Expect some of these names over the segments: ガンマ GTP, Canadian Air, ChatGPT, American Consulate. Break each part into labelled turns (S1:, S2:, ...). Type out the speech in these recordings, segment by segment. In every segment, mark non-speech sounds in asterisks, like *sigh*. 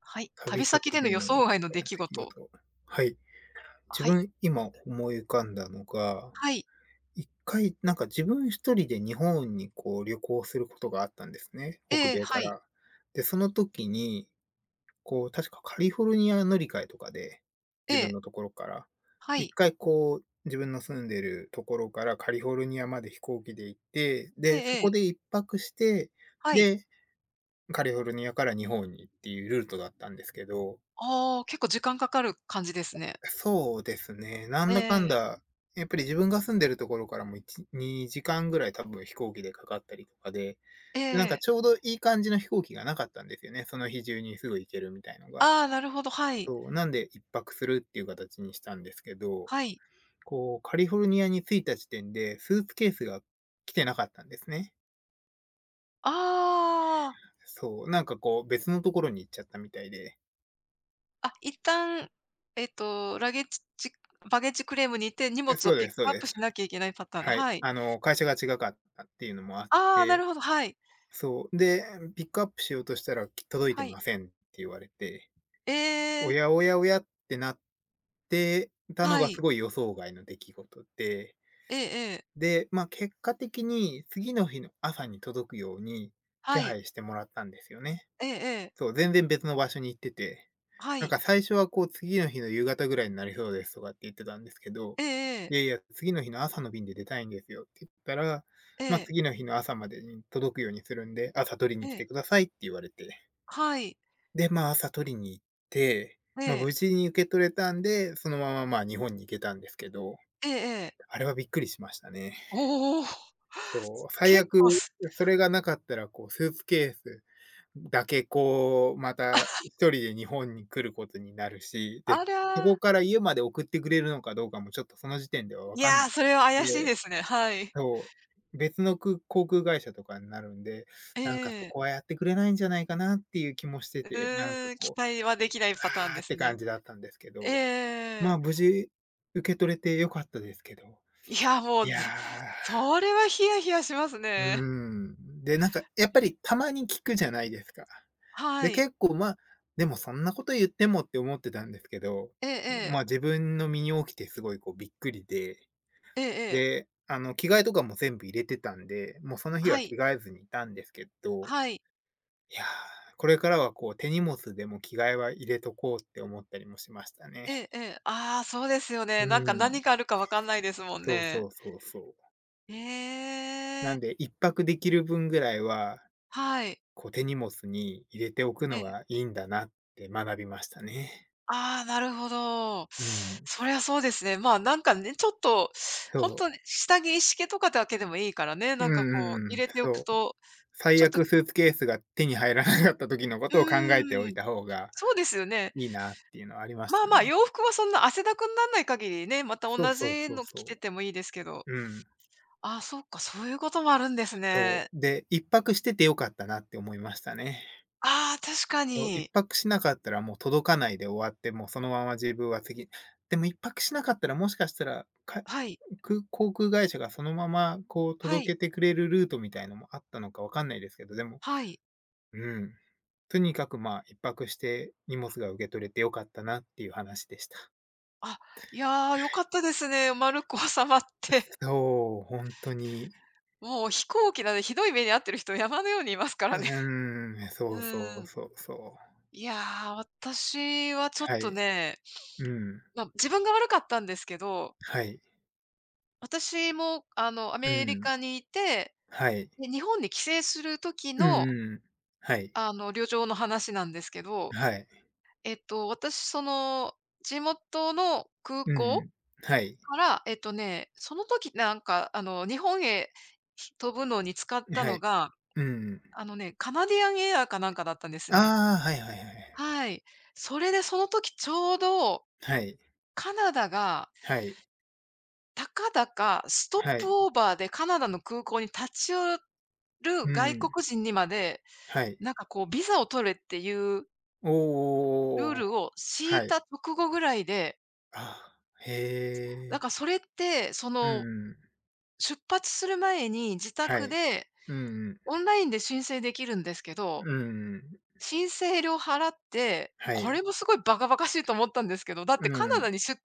S1: はい。旅
S2: 旅先
S1: 先での
S2: で
S1: 予
S2: の出
S1: 想外の出来
S2: 来
S1: 事。
S2: 事。はい。自
S1: はい。
S2: 分、今思い浮かんだのが、
S1: はい。
S2: 一回なんか自分一人で日本にこう旅行することがあったんですね、北
S1: ええ、
S2: 米
S1: は
S2: か
S1: い。
S2: ら。で、その時に、こう確かカリフォルニア乗り換えとかで、
S1: え
S2: 自分
S1: え、
S2: のところから。
S1: は
S2: 一
S1: い。
S2: 回こう、自分の住んでるところからカリフォルニアまで飛行機で行って、
S1: ええ
S2: で、そ
S1: え
S2: こ
S1: え、
S2: で一泊して、
S1: はい。
S2: で、カリフォルニアから日本にっていうルートだったんですけど
S1: ああ、結構時間かかる感じですね。
S2: そうですね。な
S1: え
S2: んだかん
S1: え、
S2: だ、やっぱり自分が住んでるところからも1、2時間ぐらい多分飛行機でかかったりとかで、
S1: え
S2: で、なんか
S1: え。
S2: ちょうどいい感じの飛行機がなかったんですよね。その日中にすぐ行けるみたいのが。
S1: ああ、なるほど、はい。
S2: そう、なんで一泊するっていう形にしたんですけど、
S1: はい。
S2: こうカリフォルニアに着いた時点で、スーツケースが来てなかったんですね。
S1: ああ。
S2: そう、なんかこう別のところに行っちゃったみたいで。
S1: あ、一旦、ラゲッジバゲッジクレームに行って、荷物
S2: そ
S1: を
S2: う
S1: ピッ
S2: で
S1: ク
S2: すそう
S1: アッ
S2: で
S1: プし
S2: す。
S1: なきゃいけないパターン。
S2: はい。
S1: はい。
S2: あの、会社が違かったっていうのもあっ
S1: ああ、なる
S2: て
S1: ほど、はい。
S2: そう。で、ピックアップしようとしたら、き届いて
S1: はい。
S2: ませんって言われて、
S1: え
S2: お
S1: え、
S2: やおやおやってなってたの
S1: は
S2: がす
S1: い。
S2: ごい予想外の出来事で、
S1: ええええ。
S2: で、ま、結果的に次の日の朝に届くように
S1: は
S2: 手
S1: い。
S2: 配してもらったんですよね。
S1: ええええ。
S2: そう、全然別の場所に行ってて、
S1: は
S2: なん
S1: い。
S2: か最初はこう次の日の夕方ぐらいになりそうですとかって言ってたんですけど、
S1: ええええ。
S2: いやいや、次の日の朝の便で出たいんですよって言ったら、
S1: え
S2: ま、あ
S1: え、
S2: 次の日の朝までに届くようにするんで、朝取りに
S1: え
S2: 来て
S1: え。
S2: くださいって言われて。
S1: はい。
S2: で、まあ、朝取りに行って、
S1: え
S2: ま、あ
S1: え、
S2: 無事に受け取れたんで、そのまま、まあ、日本に行けたんですけど、
S1: ええええ。
S2: あれはびっくりしましたね。
S1: おお。
S2: そう、
S1: *laughs*
S2: 最
S1: 結
S2: 悪、
S1: 構す
S2: それがなかったら、こう、スーツケースだけ、こう、また一人で日本に来ることになるし、で、
S1: あ
S2: そ
S1: ら、
S2: こから家まで送ってくれるのかどうかも、ちょっとその時点では分
S1: い
S2: かんな
S1: や、それは
S2: いん
S1: 怪
S2: で、
S1: しいですね。はい。
S2: そう、別の航空会社とかになるんで、
S1: え
S2: なんかそ
S1: え
S2: こはやってくれないんじゃないかなっていう気もして
S1: う
S2: て、なんか
S1: ーん、期
S2: こう、
S1: 待はできないパターン
S2: ああ
S1: で
S2: っ
S1: す
S2: て
S1: ね。
S2: 感じだったんですけ
S1: えええ
S2: ど、
S1: え
S2: ま
S1: ええ。
S2: あ、無事受け取れて良かったですけど、
S1: いや、も
S2: い
S1: う、ぜ
S2: や。
S1: それはヒヤヒヤします
S2: う
S1: ね。
S2: ーん。で、なんか、やっぱりたまに聞くじゃないですか。
S1: は
S2: で、
S1: い。
S2: 結構、まあ、でもそんなこと言ってもって思ってたんですけど、
S1: ええええ。
S2: ま、自分の身に起きてすごいこうびっくりで、
S1: ええええ。
S2: で、あの、着替えとかも全部入れてたんで、もうその日は
S1: は
S2: 着
S1: い。
S2: 替えずにいたんですけど、
S1: はい。
S2: いやー、これからはこう手荷物でも着替えは入れとこうって思ったりもしましたね。
S1: ええええ。ああ、そうですよ
S2: う
S1: ね。なんか何
S2: ん。
S1: があるかわかんないですもん
S2: そう
S1: ね。
S2: そうそうそう。
S1: え
S2: な
S1: え。
S2: んで一泊できる分ぐらいは
S1: はい。
S2: こう手荷物に入れておく
S1: え
S2: の
S1: え。
S2: がいいんだなって学びましたね。
S1: ああ、なるほど。
S2: うん。
S1: そりゃそうですね。まあ、なんかね、ちょっと、ほん
S2: そ
S1: と
S2: う。
S1: に下着一式とかだけでもいいからね、
S2: う
S1: な
S2: ん
S1: んか
S2: う
S1: こう
S2: ん
S1: 入
S2: うん。
S1: れておく
S2: そう。
S1: と、ち
S2: 最
S1: ょっと
S2: 悪スーツケースが手に入らなかった
S1: う
S2: 時のことを考え
S1: ん、
S2: てお
S1: うー
S2: い
S1: ん、
S2: た方が
S1: そうですよね。
S2: いいなっていうのはありまし
S1: まあ
S2: た
S1: まあ、
S2: ね。
S1: 洋服はそんな汗だくになんない限りね、また
S2: そう
S1: 同
S2: そう
S1: じ
S2: そう
S1: の着て
S2: そ
S1: てもいいですけど。
S2: う。うん。
S1: ああ、そっか、そういうこともあるんです
S2: そ
S1: ね。
S2: う。で、一泊してて良かったなって思いましたね。
S1: ああ、確か
S2: そう、一
S1: に。
S2: 泊しなかったらもう届かないで終わって、もうそのまま自分は次でも一泊しなかったら、もしかしたら、
S1: はい、
S2: 空航空会社がそのままこう
S1: はい、
S2: 届けてくれるルートみたいのもあったのかわかんないですけど、でも、
S1: はい。
S2: うん、とにかくまあ、一泊して荷物が受け取れてよかったなっていう話でした。
S1: あ、いや、良かっ
S2: *laughs*
S1: たですね。丸く収まって。
S2: そう、ほんとに。
S1: もう飛行機なんでひどい目に遭ってる人山のようにいますか
S2: う
S1: らね。
S2: ーん、
S1: う
S2: そうそう
S1: ん。
S2: そうそう。
S1: いやー、私はちょっ
S2: は
S1: と
S2: い。
S1: ね、
S2: うん。
S1: まあ、自分が悪かったんですけど、
S2: はい。
S1: 私も、あの、ア
S2: う
S1: メリ
S2: ん。
S1: カにいて、
S2: はい。
S1: で、日本に帰省する時
S2: うう
S1: の、
S2: んうん。はい。
S1: あの、旅情の話なんですけど、
S2: はい。
S1: 私、その、地元の空
S2: う
S1: 港
S2: ん。はい。
S1: から、えっとね、その時なんか、あの、日本へ飛ぶのに使った
S2: は
S1: の
S2: い。
S1: が、
S2: うん。
S1: あのね、カナディアンエアーかなんかだったんですね。
S2: ああ、はいはいはいはい。
S1: はい。それでその時ちょうど
S2: はい。
S1: カナダが、
S2: はい。
S1: たかだかストップオーバーでカナダの空港に立ち寄
S2: う
S1: る外
S2: ん。
S1: 国人にまで、
S2: はい。
S1: なんかこうビザを取れっていう
S2: おー
S1: ルールを敷い
S2: はい。
S1: た直後ぐらいで、
S2: あへ
S1: なん
S2: え。
S1: かそれって、そ
S2: う
S1: の、
S2: ん
S1: 出発する前に自
S2: は
S1: 宅
S2: い。
S1: で
S2: うんうん。
S1: オンラインで申請できるんですけど、
S2: うんうん。
S1: 申請料払って、
S2: は
S1: これ
S2: い。
S1: もすごいバカバカしいと思ったんですけど、だっ
S2: う
S1: てカナ
S2: ん。
S1: ダにしゅ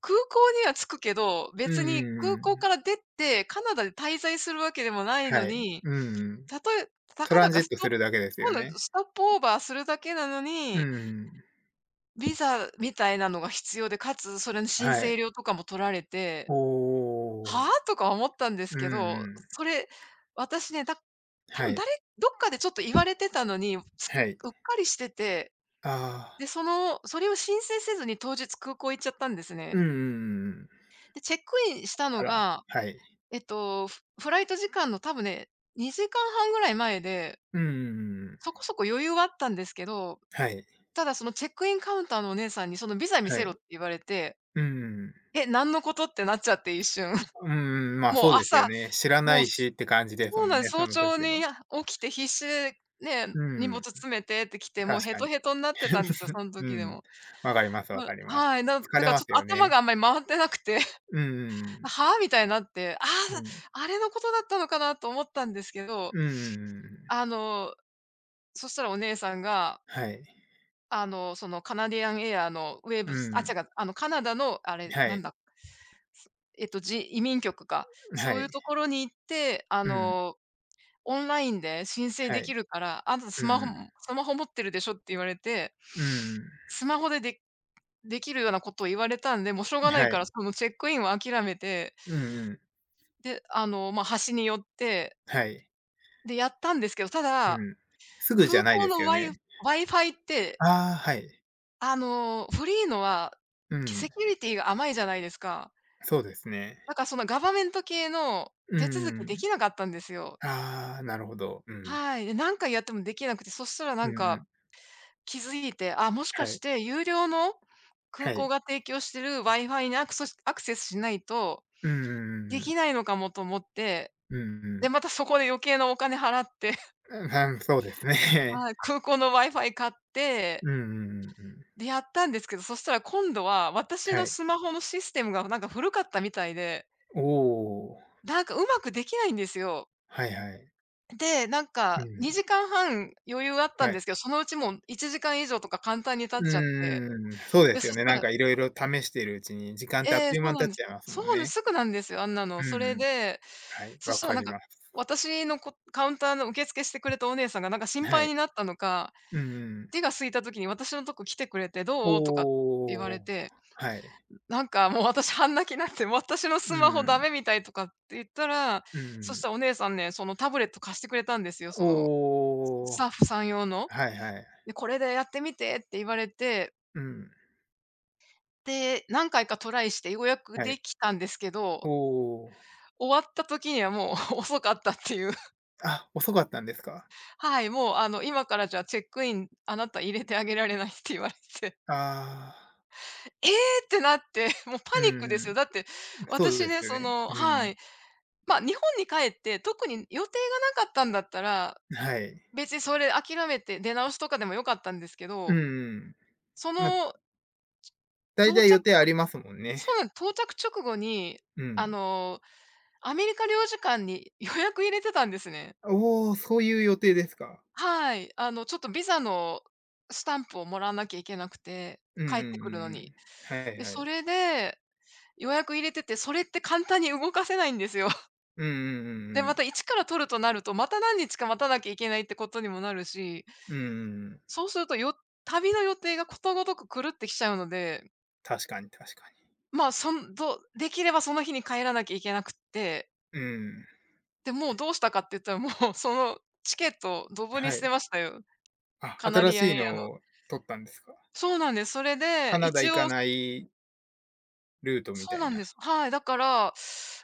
S1: 空港には着くけど、
S2: う
S1: 別に
S2: ん
S1: 空
S2: う
S1: 港か
S2: ん
S1: ら出てカナダで滞在するわけでもないの
S2: はい。
S1: に、
S2: うんうんうんはいうん
S1: たとえた
S2: ト
S1: か
S2: ラ
S1: だ
S2: ン
S1: か
S2: ジッ
S1: ス
S2: ト
S1: ト
S2: するだけです
S1: そ
S2: よ
S1: うなんです。
S2: ね。
S1: ストップオーバーするだけなの
S2: う
S1: に、
S2: ん
S1: ビザみたいなのが必要で、かつそれの申
S2: は
S1: 請
S2: い。
S1: 料とかも取られて、
S2: おー
S1: はあ？とか思ったんです
S2: う
S1: け
S2: ん
S1: ど、
S2: うん。
S1: それ、私ね、た多
S2: は
S1: 分
S2: い。
S1: どっかでちょっと言われてたのに、
S2: はい。
S1: うっかりしてて、
S2: あ
S1: で、
S2: あ。
S1: その、それを申請せずに当日空港行っちゃったんですね。
S2: うんうんうん
S1: で、チェックインした
S2: あ
S1: の
S2: ら、
S1: が、
S2: はい。
S1: えっと、フフライト時間の多分ね、2時間半ぐらい前で、
S2: うんうんうん。
S1: そこそこ余裕はあったんですけど、
S2: はい、
S1: ただそのチェックインカウンターのお姉さんにそのビザ見
S2: は
S1: せろっ
S2: い。
S1: て言われて、
S2: うん。
S1: え、なんのことってなっちゃって一瞬。*laughs*
S2: うんうんんまあ、
S1: もう
S2: そうですよ
S1: 朝、
S2: ね。知らな
S1: もう
S2: いしって感じです
S1: そう
S2: も
S1: な
S2: ん
S1: んで
S2: ね、
S1: す、
S2: そ
S1: 早
S2: の
S1: 朝
S2: 時は。
S1: に起きて必死でね、
S2: う
S1: 荷物
S2: ん、
S1: 詰めてって来て、も
S2: 確
S1: うヘ
S2: か
S1: ト
S2: に。
S1: ヘトになってたんですよ、
S2: *laughs*
S1: その
S2: う
S1: 時で
S2: ん。
S1: も。
S2: わかりますわ
S1: ま、
S2: かります。
S1: はい、だ
S2: 疲れ
S1: からち
S2: ま
S1: ょっ
S2: す
S1: と
S2: よ
S1: 頭
S2: ね。
S1: があんまり回ってなくて、*laughs*
S2: うんう
S1: はぁみたいになって、あ、
S2: んうん。うん。
S1: あ、あれのことだったのかなと思ったんですけど、
S2: うんうんうんう
S1: あ
S2: ん。
S1: の、そしたらお姉さんが、
S2: はい。
S1: あの、そのカナディアンエアのウェーブ
S2: う
S1: ス、あ、
S2: ん。
S1: 違う、あのカナダのあれ
S2: は
S1: なん
S2: い。
S1: だ、す移民局か、
S2: は
S1: そういう
S2: い。
S1: ところに行って、あ
S2: うん。
S1: の、オンラインで申請
S2: は
S1: でき
S2: い。
S1: るから、あなた
S2: うん。
S1: スマホ持ってるでしょって言われて、
S2: うんうん。
S1: スマホで、でできるようなことを言われたんで、もうしょうがない
S2: は
S1: から
S2: い。
S1: そのチェックインは諦めて、
S2: うん
S1: で、あの、ま、端に寄って、
S2: はい。うんはいはい
S1: で、やったんですけど、た
S2: うんはいうんうんはいうんうんはい
S1: だ、
S2: うんすぐじゃ
S1: 空
S2: ない
S1: 港
S2: です
S1: の
S2: よね。
S1: Wi-Fi って、
S2: ああ、はい。
S1: あの、フリーのは、
S2: う
S1: セ
S2: ん。
S1: キュリティが甘いじゃないですか。
S2: そうですね。
S1: だからそのガバメント系の
S2: う
S1: 手続きで
S2: ん。
S1: きなかったんですよ。
S2: ああ、なるほど。うん。
S1: はい。で、何回やってもできなくて、そしたらな
S2: う
S1: ん
S2: んう
S1: か、
S2: ん。
S1: 気づいて、あ、もしか
S2: は
S1: し
S2: い。
S1: て有料の空
S2: は
S1: 港
S2: い。
S1: が提供してる Wi-Fi にアクセスしないと
S2: うんうん
S1: で
S2: うんうん。
S1: きないのかもと思って、
S2: う
S1: で、
S2: ん
S1: またそこで余計なお金払って、*laughs*
S2: あ、そうですね。
S1: はい、空港の Wi-Fi 買っ
S2: *laughs*
S1: て、
S2: うんうんうんうん。
S1: で、やったんですけど、そしたら今度は私
S2: は
S1: の
S2: い。
S1: スマホのシステムがなんか古かったみたいで、
S2: おお、
S1: なんかうまくできないんですよ。
S2: はいはい。
S1: で、なん
S2: う
S1: か
S2: ん。
S1: 2時間半余裕あったん
S2: は
S1: です
S2: い。
S1: けど、そのうちもう1時間以上とか簡単に経っ
S2: う
S1: ちゃって。
S2: んうん。そうで
S1: で、
S2: すよ
S1: そし
S2: ね。
S1: た
S2: なん
S1: ら
S2: かいろいろ試しているうちに時間ってあっ
S1: ええ、
S2: という
S1: そう
S2: 間に
S1: な
S2: 経
S1: ん
S2: っ
S1: です。
S2: ちゃいます
S1: そ
S2: も
S1: う
S2: ん
S1: なんです、
S2: ね。
S1: すぐなんですよ、あんなの。
S2: う
S1: それ
S2: ん
S1: で、
S2: はい、
S1: そ
S2: わ
S1: したら
S2: か
S1: なん
S2: り
S1: か、
S2: ます。
S1: 私のこカウンターの受付してくれたお姉さんがなんか心
S2: は
S1: 配
S2: い。
S1: になったのか、
S2: うんう
S1: 手
S2: ん。
S1: が空いた時に私のとこ来てくれて「どう？」とかって
S2: お
S1: 言われ
S2: お、
S1: て、
S2: はい。
S1: なんかもう私半泣きになって、「私の
S2: う
S1: スマホ
S2: ん。
S1: ダメみたい」とかって言ったら、
S2: う
S1: そし
S2: ん。
S1: たらお姉さんね、そのタブレット貸してくれたんですよ、そ
S2: お
S1: のスタ
S2: お、
S1: ッフさん用の。
S2: はいはい。
S1: で「これでやってみて」って言われて、
S2: うん。
S1: で、何回かトライしてようやく
S2: は
S1: で
S2: い。
S1: きたんですけ
S2: お
S1: ど、
S2: お。
S1: 終わった時にはもう *laughs* 遅かったっていう。
S2: あ、遅かったんですか？
S1: はい、もうあの「今からじゃあチェックイン、あなた入れてあげられない」って言われて、
S2: ああ、
S1: *laughs* えーってなって、*laughs* もうパ
S2: う
S1: ニック
S2: ん
S1: で
S2: う
S1: すよ。
S2: ん。
S1: だって、
S2: そう
S1: 私
S2: です
S1: ね、
S2: よ
S1: そ
S2: ね。う
S1: の、は
S2: ん。
S1: い。まあ、日本に帰って特に予定がなかったんだったら、
S2: はい。
S1: 別にそれ諦めて出直しとかでも良かったんですけ
S2: うん
S1: ど、
S2: うん。
S1: そ
S2: ま、
S1: の
S2: 大
S1: 到
S2: 体
S1: 着
S2: 予定ありますもんね。
S1: そうなん、到着直後に、
S2: う
S1: あ
S2: ん。
S1: の、アメリカ領事館に予約入れてたんですね。
S2: おお、そういう予定ですか。
S1: はい。あの、ちょっとビザのスタンプをもらわなきゃいけなくて、
S2: うんう
S1: 帰
S2: ん
S1: って
S2: う
S1: くるの
S2: んう
S1: に。
S2: ん。はい
S1: で、
S2: は
S1: そ
S2: い。
S1: れで、予約入れてて、それって簡単に動かせないんですよ。*laughs*
S2: うんうんうん
S1: で、
S2: う
S1: ま
S2: ん。
S1: た一から取るとなると、また何日か待たなきゃいけないってことにもなるし、
S2: うんうんうん。
S1: そうすると、旅の予定がことごとく狂ってきちゃうので、
S2: 確かに確かに。
S1: まあ、そんどできればその日に帰らなきゃいけなくって、
S2: うん。
S1: で、もうどうしたかって言ったら、もう *laughs* そのチケットをドブに
S2: は
S1: 捨て
S2: い。
S1: ましたよ。
S2: あ、
S1: カナデ
S2: 新
S1: ィアン
S2: しい
S1: エアの。
S2: のを取ったんですか？
S1: そうなんです。それで、
S2: カナダ
S1: 一
S2: 行か
S1: 応
S2: ないルートみ
S1: そう
S2: た
S1: な
S2: い
S1: ん
S2: な。
S1: です。はい。だから、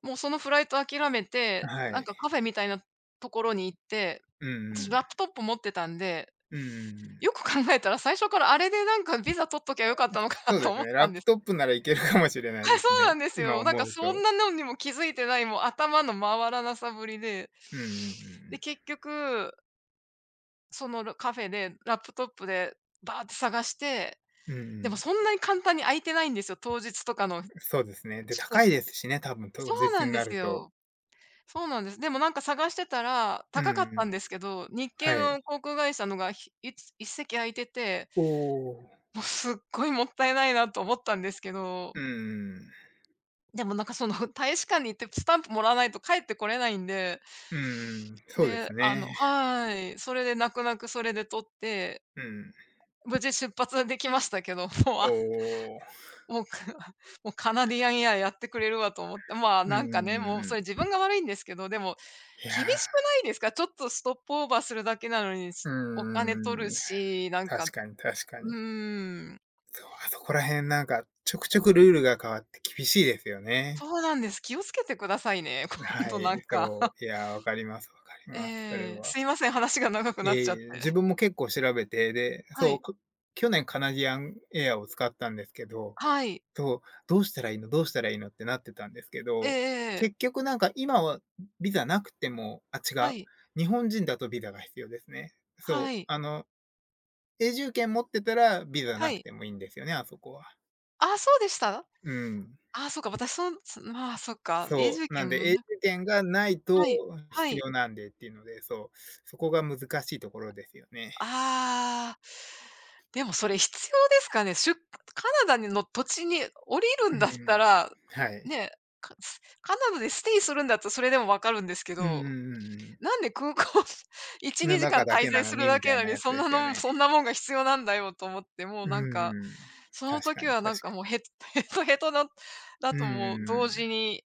S1: もうそのフライト諦めて、
S2: は
S1: なん
S2: い。
S1: かカフェみたいなところに行って、
S2: うんう
S1: 私
S2: ん。
S1: ラップトップ持ってたんで、
S2: うんうんうん。
S1: よく考えたら最初からあれでなんかビザ取っときゃよかったのかな
S2: そう
S1: と
S2: です
S1: 思っ
S2: ね、
S1: た
S2: ラッ
S1: んで
S2: プ
S1: す。
S2: トップならいけるかもしれない
S1: はい、
S2: で
S1: そ
S2: す
S1: うな
S2: ね、
S1: んです
S2: 今
S1: よ。なんか
S2: 思う
S1: そん
S2: と。
S1: なのにも気づいてない、もう頭の回らなさぶりで。
S2: うんうんうんう
S1: で、
S2: ん。
S1: 結局、そのカフェでラップトップでバーって探して、
S2: うんう
S1: でも
S2: ん。
S1: そんなに簡単に空いてないんですよ、当日とかの
S2: そうですね。で、
S1: チケッ
S2: 高
S1: ト。
S2: いですしね、多分
S1: そ
S2: 当
S1: う
S2: 日
S1: なん
S2: に
S1: で
S2: な
S1: す
S2: ると。
S1: よ。そうなんです。でもなんか探してたら、
S2: う
S1: 高かっ
S2: んう
S1: た
S2: ん。
S1: んですけど、日系
S2: はい。
S1: の航空会社のが、ひいつ一席空いてて、
S2: おお。
S1: もうすっごいもったいないなと思ったんですけど、
S2: うんうんうん。
S1: でもなんかその *laughs* 大使館に行ってスタンプもらわないと帰ってこれないんで、
S2: うんうん、そうで
S1: で、
S2: す
S1: あの
S2: ね。
S1: はーい、それで泣く泣くそれで取って、
S2: うん。
S1: 無事出発できましたけど、もう
S2: おお。
S1: もう、*laughs* もうカナディアンエアやってくれるわと思って、まあ、
S2: うん
S1: なん
S2: う
S1: かね、
S2: ん
S1: もう
S2: う
S1: それ
S2: ん
S1: 自分が悪いんですけど、でも、
S2: そい
S1: 厳
S2: や、
S1: しくないですか？ちょっとストップオーバーするだけなのに、
S2: うんうんう
S1: お金
S2: ん
S1: 取る
S2: うんいやうんうん
S1: し、なん
S2: 確
S1: か
S2: かに確か
S1: う
S2: に。
S1: ーん、
S2: そう、あそこら辺なんかちょくちょくルールが変わって厳しいですよ
S1: そ
S2: ね。
S1: うなんです。気をつけてくださいね、*laughs* 今
S2: は
S1: 度なん
S2: い、
S1: か。
S2: そ
S1: *laughs*
S2: う、いや、わかりますわかります、それ
S1: ええ、す
S2: は。
S1: いません、話が長く
S2: い
S1: な
S2: え
S1: っちゃって。
S2: いえ、自
S1: *laughs*
S2: 分も結構調べて、で、
S1: は
S2: そう、
S1: い、
S2: 去年カナディアンエアを使ったんですけど、
S1: はい。
S2: そう、どうしたらいいのどうしたらいいのってなってたんですけ
S1: え
S2: ど、
S1: ええ
S2: 結
S1: え、
S2: 局なんか今はビザなくてもあ、違
S1: は
S2: う、
S1: い、
S2: 日本人だとビザが必要ですね。
S1: は
S2: そう、
S1: い、
S2: あの、永住権持ってたらビザ
S1: は
S2: なく
S1: い。
S2: てもいいんですよね、あそこは。
S1: あ、そうでした？
S2: うん。
S1: あ、そうか、私そんそまあ、そっか、永
S2: そ
S1: 住
S2: う、なん
S1: 権も
S2: で永
S1: な
S2: 住権がないと
S1: はい、は
S2: 必
S1: い。
S2: 要なんでっていうので、そう、そこが難しいところですよね。
S1: ああ。でもそれ必要ですかね？カナダにの土地に降りる
S2: う
S1: んだった
S2: ん。
S1: ら、
S2: はい。
S1: ね、カナダでステイするんだったらそれでもわかるんですけ
S2: うんうんう
S1: ど、
S2: んうん。
S1: なんで空港 *laughs* 1、
S2: の
S1: 2時間
S2: 中だ
S1: 滞
S2: けな
S1: 在
S2: の
S1: する
S2: に
S1: だ
S2: み
S1: け
S2: たい
S1: な
S2: な
S1: のに、
S2: やつ
S1: そん
S2: で
S1: な
S2: すよ
S1: の
S2: ね。
S1: そんなもんが必要なんだよと思って、もう
S2: う
S1: なんか、
S2: んん。
S1: その
S2: 確
S1: 時
S2: かに
S1: はなん
S2: 確
S1: か
S2: か
S1: もうヘトヘト*laughs* だ
S2: に。うん
S1: ともう
S2: うん
S1: 同時
S2: う
S1: に、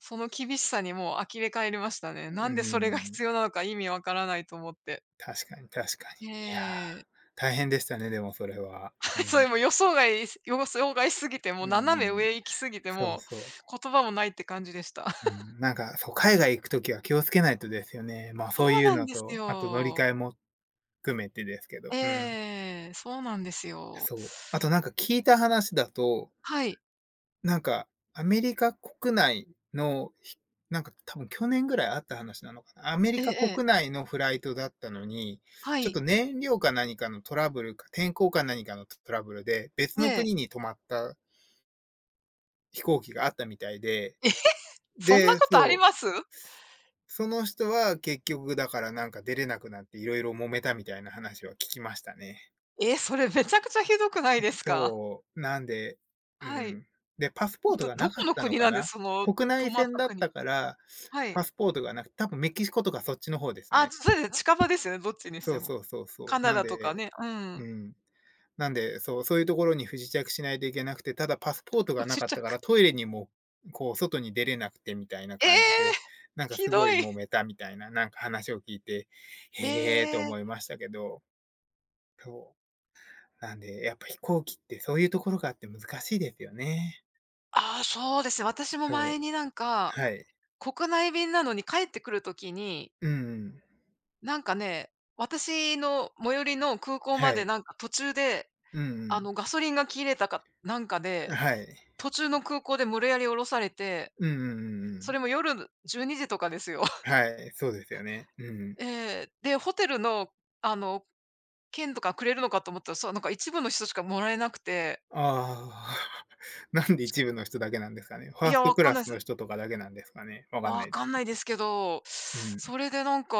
S1: その厳しさにもう呆れ返りましたね。
S2: ん。う
S1: なんでそれが
S2: ー
S1: 必要
S2: ん。
S1: なのか意味わからないと思って。
S2: 確かに確かに。いや、
S1: ええ
S2: 大変でしたね、でもそれは。う
S1: *laughs* そ
S2: ん。
S1: れも予想外すぎて、もう
S2: うん
S1: 斜め
S2: うん。
S1: 上行きすぎて、
S2: そう
S1: も
S2: そ
S1: う言葉もないって感じでした。
S2: う。う
S1: *laughs*
S2: ん、なんか、そう、海外行くときは気をつけないとですよね。ま、あそう
S1: そう
S2: いう
S1: なん
S2: の
S1: です
S2: と、あと乗り換
S1: よ。
S2: えも含めてですけど、うん。
S1: ええ、そうなんですよ。
S2: そう。あとなんか聞いた話だと
S1: はい。
S2: なんか、アメリカ国内の、なんか多分去年ぐらいあった話なのかな。アメリ
S1: ええ
S2: カ
S1: ええ、
S2: 国内のフライトだったのに、
S1: は
S2: ちょっ
S1: い。
S2: と燃料か何かのトラブルか、天候か何かのトラブルで、別の
S1: ええ。
S2: 国に止まった飛行機があったみたいで、
S1: え、*laughs* そんな
S2: で、
S1: ことあり
S2: そう、
S1: ます？
S2: その人は結局だからなんか出れなくなっていろいろ揉めたみたいな話は聞きましたね。
S1: *laughs* え、それめちゃくちゃひどくないですか？
S2: そう、なんで、
S1: *laughs*
S2: う
S1: はい。
S2: ん。で、パスポートが
S1: ど
S2: なか
S1: こ
S2: っ
S1: の
S2: たの
S1: 国
S2: か
S1: なんです？
S2: な。
S1: その
S2: 国
S1: 泊
S2: 内
S1: まっ
S2: 線
S1: た
S2: だっ
S1: 国。
S2: たから、
S1: *laughs* はい。
S2: パスポートがなくて多分メキシコとかそっちの方です
S1: あ、
S2: ね。
S1: それ近場ですよね、どっちにし
S2: そ
S1: て
S2: う
S1: も。
S2: そうそうそ
S1: カ
S2: う。
S1: ナ
S2: なん
S1: ダとか
S2: で
S1: ね、うん。
S2: うん。なんで、そう、そういうところに不時着しないといけなくて、ただパスポート
S1: *laughs* ご
S2: がな
S1: 自
S2: かっ
S1: 宅。
S2: たから、トイレにも、こう、外に出れなくてみたいな
S1: *laughs* ええ、
S2: 感じで、なんか
S1: ひ
S2: すご
S1: ど
S2: い
S1: い。
S2: 揉めたみたいな、なんか話を聞いて、
S1: *laughs*
S2: へえーと
S1: え
S2: 思い
S1: え。
S2: ましたけど、そう。なんで、やっぱ飛行機ってそういうところがあって難しいですよね。
S1: ああ、そうですね。私も
S2: そ
S1: 前になんか、
S2: う。はい。
S1: 国内便なのに帰ってくるときに、
S2: うんうん。
S1: なんかね、私の最寄りの空港ま
S2: は
S1: で
S2: い。
S1: なんか途中で、
S2: う
S1: あ
S2: ん
S1: の、ガソリンが切れたかなんか
S2: うん。
S1: で、
S2: はい。
S1: 途中の空港で無理やり降ろされて、
S2: うんうんうんう
S1: それ
S2: ん。
S1: も夜12時とかですよ。*laughs*
S2: はい、そうですよね。うん。
S1: えで、ホテルの、あの、券とかくれるのかと思ったら、そう、なんか一部の人しかもらえなくて、
S2: ああ、*laughs* なんで一部の人だけなんですかね。ファ
S1: い
S2: ー
S1: や、
S2: スト
S1: わ
S2: ク
S1: かん
S2: ラ
S1: ない
S2: ス
S1: です。
S2: の人とかだけなんですかね。わかんな
S1: わ
S2: いで
S1: か
S2: す
S1: んな
S2: け
S1: い
S2: ど。
S1: ですけど、
S2: うん。
S1: それでなんか、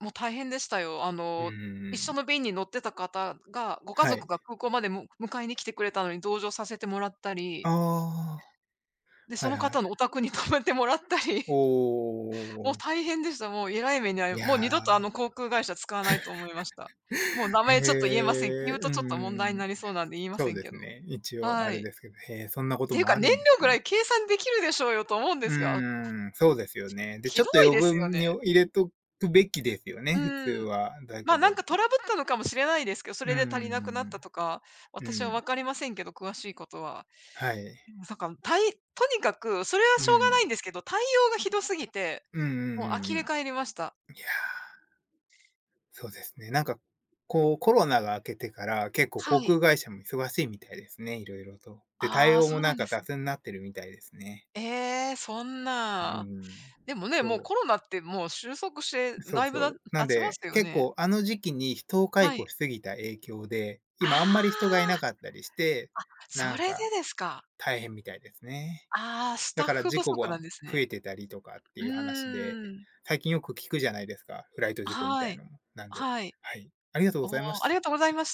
S1: もう大変でしたよ。あ
S2: うんうん
S1: の、
S2: う
S1: 一緒
S2: ん。
S1: の便に乗ってた方が、ご家
S2: は
S1: 族
S2: い。
S1: が空港まで迎えに来てくれたのに同乗させてもらったり、
S2: ああ、
S1: で、そ
S2: はい
S1: の
S2: は
S1: 方
S2: い。
S1: のお宅に *laughs* 泊めてもらったり、
S2: お
S1: もう
S2: お。
S1: 大変でした。もうえらい目に遭
S2: い
S1: い、
S2: や
S1: もう二度とあの
S2: ー。
S1: 航空会社使わないと思いました。もう名
S2: へ
S1: 前ちょっと言えません。言う
S2: え、
S1: とちょっと問題に
S2: うん。
S1: なりそうなんで言いま
S2: そ
S1: せ
S2: う
S1: ん
S2: で
S1: けど。
S2: すね。一応あ
S1: は
S2: れ
S1: い。
S2: ですけど、へえ、そん
S1: っ
S2: なこ
S1: て
S2: と
S1: いう
S2: も
S1: か、
S2: あ
S1: 燃
S2: るんです
S1: 料ぐら
S2: ね。
S1: い計算できるでしょうよと思うんで
S2: う
S1: すが、
S2: ーん、そうですよね。で、
S1: ひ
S2: ちょ
S1: ど
S2: っと
S1: い
S2: 余
S1: ですよ
S2: 分
S1: ね。
S2: に入れとくべきですよ
S1: う
S2: ね、普通
S1: ーん。
S2: は。だ
S1: ま、
S2: け
S1: あ、なん
S2: ど。
S1: かトラブったのかもしれないですけど、そ
S2: うん
S1: れで足りなくな
S2: う
S1: った
S2: ん
S1: とか、私は分かりませんけど、詳しいことは。
S2: はい。
S1: でもなんか、とにかくそれは
S2: う
S1: しょうがな
S2: ん。
S1: いんですけど、対応がひどすぎて、
S2: うんう
S1: もう
S2: ん
S1: 呆
S2: うんう
S1: れ返りました。
S2: ん。いや、そうですね。なんか、こう、コロナが明けてから、結構航
S1: はい。
S2: 空会社も忙しいみたいですね、いろいろと。で、
S1: あ
S2: 対
S1: あ、
S2: 応
S1: そ
S2: も
S1: う
S2: な
S1: な
S2: ん
S1: んで
S2: か
S1: すね。
S2: 雑になってるみたいですね。
S1: ええ、そん
S2: う
S1: な。
S2: ん。
S1: でもね、もう
S2: そう。
S1: コロナってもう収束して
S2: そ
S1: だ
S2: う
S1: いぶ
S2: そ
S1: だ
S2: う。
S1: 経
S2: なん
S1: ちま
S2: で、
S1: したよ
S2: 結
S1: ね？
S2: 構あの時期に人を解
S1: は
S2: 雇
S1: い。
S2: しすぎた影響で、今あんまり人
S1: あ
S2: がいなかったりして、
S1: あ、あ、
S2: な
S1: そ
S2: ん
S1: れで
S2: か
S1: ですか。
S2: 大変みたいですね。
S1: ああ、ス
S2: だ
S1: タッ
S2: から
S1: フ
S2: 事
S1: 不
S2: 故
S1: 足な
S2: は
S1: んです
S2: 増
S1: ね。
S2: えてたりとかって
S1: う
S2: いう話で、
S1: ーん。
S2: 最近よく聞くじゃないですか、フライト事故み
S1: は
S2: たい
S1: い。
S2: のも。なんで、
S1: はい。
S2: はい。ありがとうご
S1: お
S2: ざいまし
S1: お、あ
S2: た。
S1: りがとうございました。